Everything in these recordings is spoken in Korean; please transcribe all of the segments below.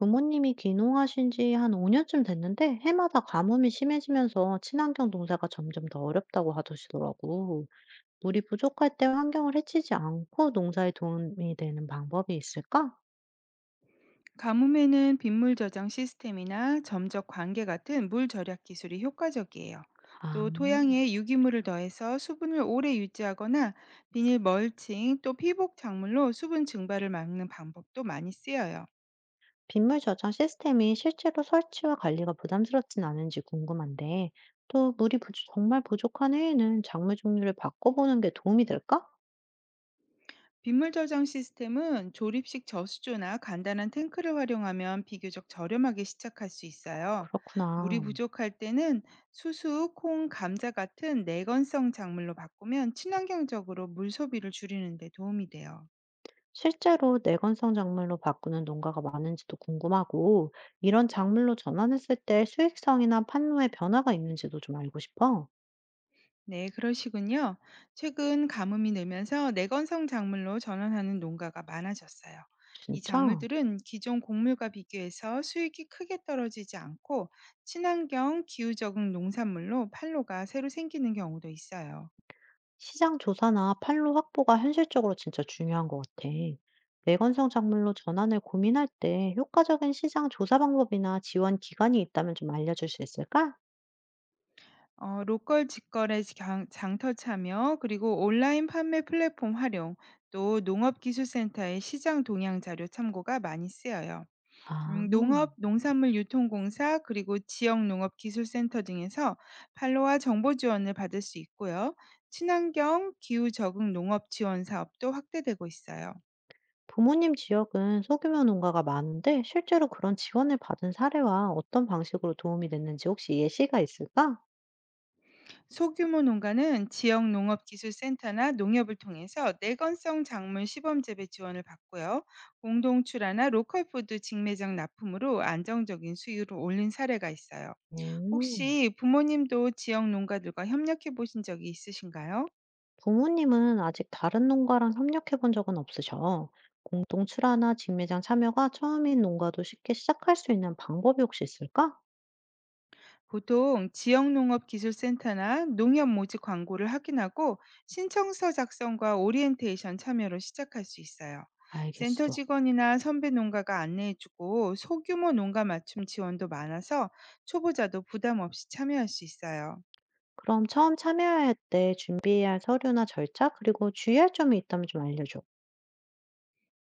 부모님이 귀농하신 지 한 5년쯤 됐는데 해마다 가뭄이 심해지면서 친환경 농사가 점점 더 어렵다고 하시더라고. 물이 부족할 때 환경을 해치지 않고 농사에 도움이 되는 방법이 있을까? 가뭄에는 빗물 저장 시스템이나 점적 관계 같은 물 절약 기술이 효과적이에요. 아, 또 토양에 유기물을 더해서 수분을 오래 유지하거나 비닐 멀칭 또 피복 작물로 수분 증발을 막는 방법도 많이 쓰여요. 빗물 저장 시스템이 실제로 설치와 관리가 부담스럽진 않은지 궁금한데, 또 정말 부족한 해에는 작물 종류를 바꿔보는 게 도움이 될까? 빗물 저장 시스템은 조립식 저수조나 간단한 탱크를 활용하면 비교적 저렴하게 시작할 수 있어요. 물이 그렇구나. 부족할 때는 수수, 콩, 감자 같은 내건성 작물로 바꾸면 친환경적으로 물 소비를 줄이는 데 도움이 돼요. 실제로 내건성 작물로 바꾸는 농가가 많은지도 궁금하고, 이런 작물로 전환했을 때 수익성이나 판로의 변화가 있는지도 좀 알고 싶어. 네, 그러시군요. 최근 가뭄이 늘면서 내건성 작물로 전환하는 농가가 많아졌어요. 이 진짜? 작물들은 기존 곡물과 비교해서 수익이 크게 떨어지지 않고 친환경 기후 적응 농산물로 판로가 새로 생기는 경우도 있어요. 시장 조사나 판로 확보가 현실적으로 진짜 중요한 것 같아. 내건성 작물로 전환을 고민할 때 효과적인 시장 조사 방법이나 지원 기관이 있다면 좀 알려줄 수 있을까? 로컬 직거래 장터 참여, 그리고 온라인 판매 플랫폼 활용, 또 농업기술센터의 시장 동향 자료 참고가 많이 쓰여요. 아, 농산물 유통공사, 그리고 지역 농업기술센터 등에서 판로와 정보 지원을 받을 수 있고요. 친환경, 기후 적응 농업 지원 사업도 확대되고 있어요. 부모님 지역은 소규모 농가가 많은데 실제로 그런 지원을 받은 사례와 어떤 방식으로 도움이 됐는지 혹시 예시가 있을까? 소규모 농가는 지역 농업기술센터나 농협을 통해서 내건성 작물 시범 재배 지원을 받고요. 공동 출하나 로컬푸드 직매장 납품으로 안정적인 수익을 올린 사례가 있어요. 음, 혹시 부모님도 지역 농가들과 협력해 보신 적이 있으신가요? 부모님은 아직 다른 농가랑 협력해 본 적은 없으셔. 공동 출하나 직매장 참여가 처음인 농가도 쉽게 시작할 수 있는 방법이 혹시 있을까? 보통 지역농업기술센터나 농협 모집 광고를 확인하고 신청서 작성과 오리엔테이션 참여로 시작할 수 있어요. 센터 알겠어. 직원이나 선배 농가가 안내해주고 소규모 농가 맞춤 지원도 많아서 초보자도 부담 없이 참여할 수 있어요. 그럼 처음 참여할 때 준비해야 할 서류나 절차, 그리고 주의할 점이 있다면 좀 알려줘.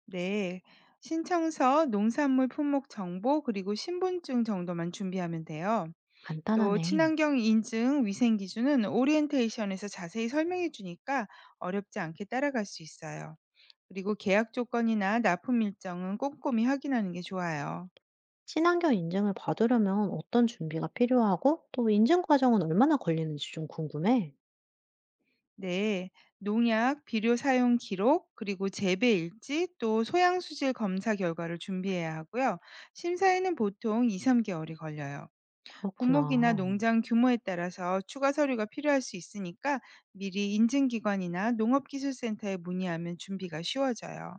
네. 신청서, 농산물 품목 정보, 그리고 신분증 정도만 준비하면 돼요. 또 간단하네. 친환경 인증, 위생 기준은 오리엔테이션에서 자세히 설명해 주니까 어렵지 않게 따라갈 수 있어요. 그리고 계약 조건이나 납품 일정은 꼼꼼히 확인하는 게 좋아요. 친환경 인증을 받으려면 어떤 준비가 필요하고, 또 인증 과정은 얼마나 걸리는지 좀 궁금해. 네, 농약, 비료 사용 기록, 그리고 재배 일지, 또 소양 수질 검사 결과를 준비해야 하고요. 심사에는 보통 2, 3개월이 걸려요. 분목이나 그렇구나. 농장 규모에 따라서 추가 서류가 필요할 수 있으니까 미리 인증기관이나 농업기술센터에 문의하면 준비가 쉬워져요.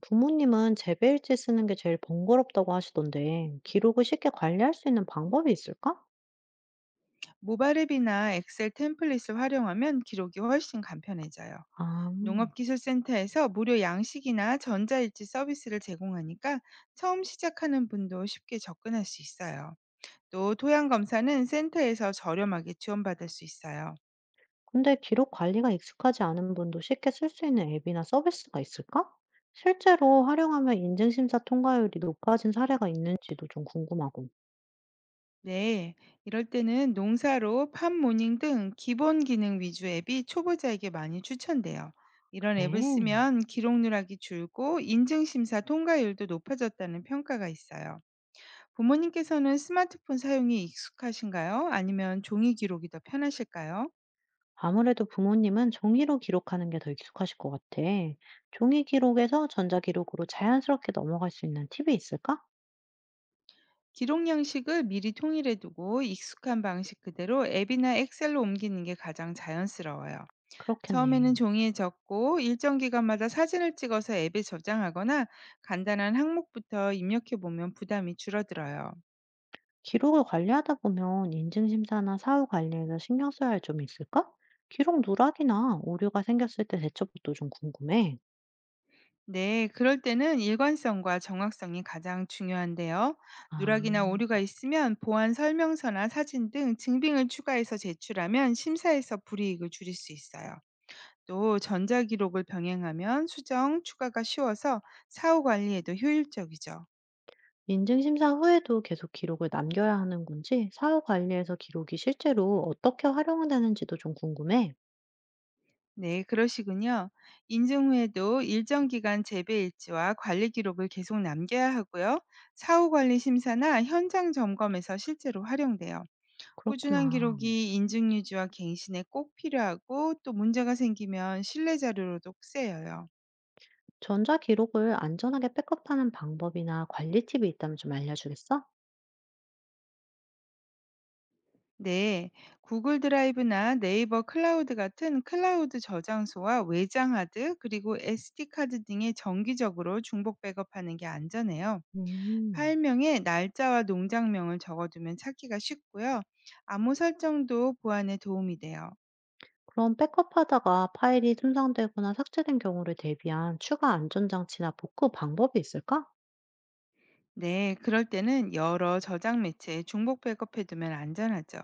부모님은 재배일지 쓰는 게 제일 번거롭다고 하시던데, 기록을 쉽게 관리할 수 있는 방법이 있을까? 모바일 앱이나 엑셀 템플릿을 활용하면 기록이 훨씬 간편해져요. 아, 농업기술센터에서 무료 양식이나 전자일지 서비스를 제공하니까 처음 시작하는 분도 쉽게 접근할 수 있어요. 또 토양검사는 센터에서 저렴하게 지원받을 수 있어요. 근데 기록 관리가 익숙하지 않은 분도 쉽게 쓸 수 있는 앱이나 서비스가 있을까? 실제로 활용하면 인증심사 통과율이 높아진 사례가 있는지도 좀 궁금하고. 네, 이럴 때는 농사로 팜모닝 등 기본 기능 위주 앱이 초보자에게 많이 추천돼요. 이런 앱을 그래. 쓰면 기록 누락이 줄고 인증 심사 통과율도 높아졌다는 평가가 있어요. 부모님께서는 스마트폰 사용이 익숙하신가요? 아니면 종이 기록이 더 편하실까요? 아무래도 부모님은 종이로 기록하는 게 더 익숙하실 것 같아. 종이 기록에서 전자기록으로 자연스럽게 넘어갈 수 있는 팁이 있을까? 기록 양식을 미리 통일해 두고 익숙한 방식 그대로 앱이나 엑셀로 옮기는 게 가장 자연스러워요. 처음에는 그렇겠네. 종이에 적고 일정 기간마다 사진을 찍어서 앱에 저장하거나 간단한 항목부터 입력해 보면 부담이 줄어들어요. 기록을 관리하다 보면 인증 심사나 사후 관리에서 신경 써야 할 점이 있을까? 기록 누락이나 오류가 생겼을 때 대처법도 좀 궁금해. 네, 그럴 때는 일관성과 정확성이 가장 중요한데요. 아, 누락이나 오류가 있으면 보안 설명서나 사진 등 증빙을 추가해서 제출하면 심사에서 불이익을 줄일 수 있어요. 또 전자기록을 병행하면 수정, 추가가 쉬워서 사후 관리에도 효율적이죠. 인증 심사 후에도 계속 기록을 남겨야 하는 건지, 사후 관리에서 기록이 실제로 어떻게 활용되는지도 좀 궁금해. 네, 그러시군요. 인증 후에도 일정 기간 재배 일지와 관리 기록을 계속 남겨야 하고요. 사후 관리 심사나 현장 점검에서 실제로 활용돼요. 꾸준한 그렇구나. 기록이 인증 유지와 갱신에 꼭 필요하고 또 문제가 생기면 신뢰 자료로도 쓰여요. 전자 기록을 안전하게 백업하는 방법이나 관리 팁이 있다면 좀 알려주겠어? 네, 구글 드라이브나 네이버 클라우드 같은 클라우드 저장소와 외장 하드 그리고 SD 카드 등에 정기적으로 중복 백업하는 게 안전해요. 음. 파일명에 날짜와 농장명을 적어두면 찾기가 쉽고요. 암호 설정도 보안에 도움이 돼요. 그럼 백업하다가 파일이 손상되거나 삭제된 경우를 대비한 추가 안전장치나 복구 방법이 있을까? 네, 그럴 때는 여러 저장 매체에 중복 백업해 두면 안전하죠.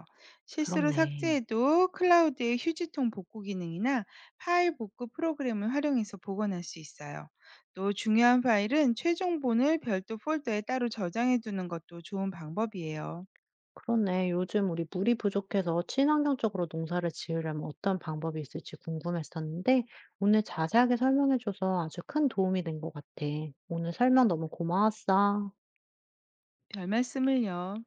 실수로 그렇네. 삭제해도 클라우드의 휴지통 복구 기능이나 파일 복구 프로그램을 활용해서 보관할 수 있어요. 또 중요한 파일은 최종본을 별도 폴더에 따로 저장해 두는 것도 좋은 방법이에요. 그렇네. 요즘 우리 물이 부족해서 친환경적으로 농사를 지으려면 어떤 방법이 있을지 궁금했었는데, 오늘 자세하게 설명해줘서 아주 큰 도움이 된 것 같아. 오늘 설명 너무 고마웠어. 별 말씀을요.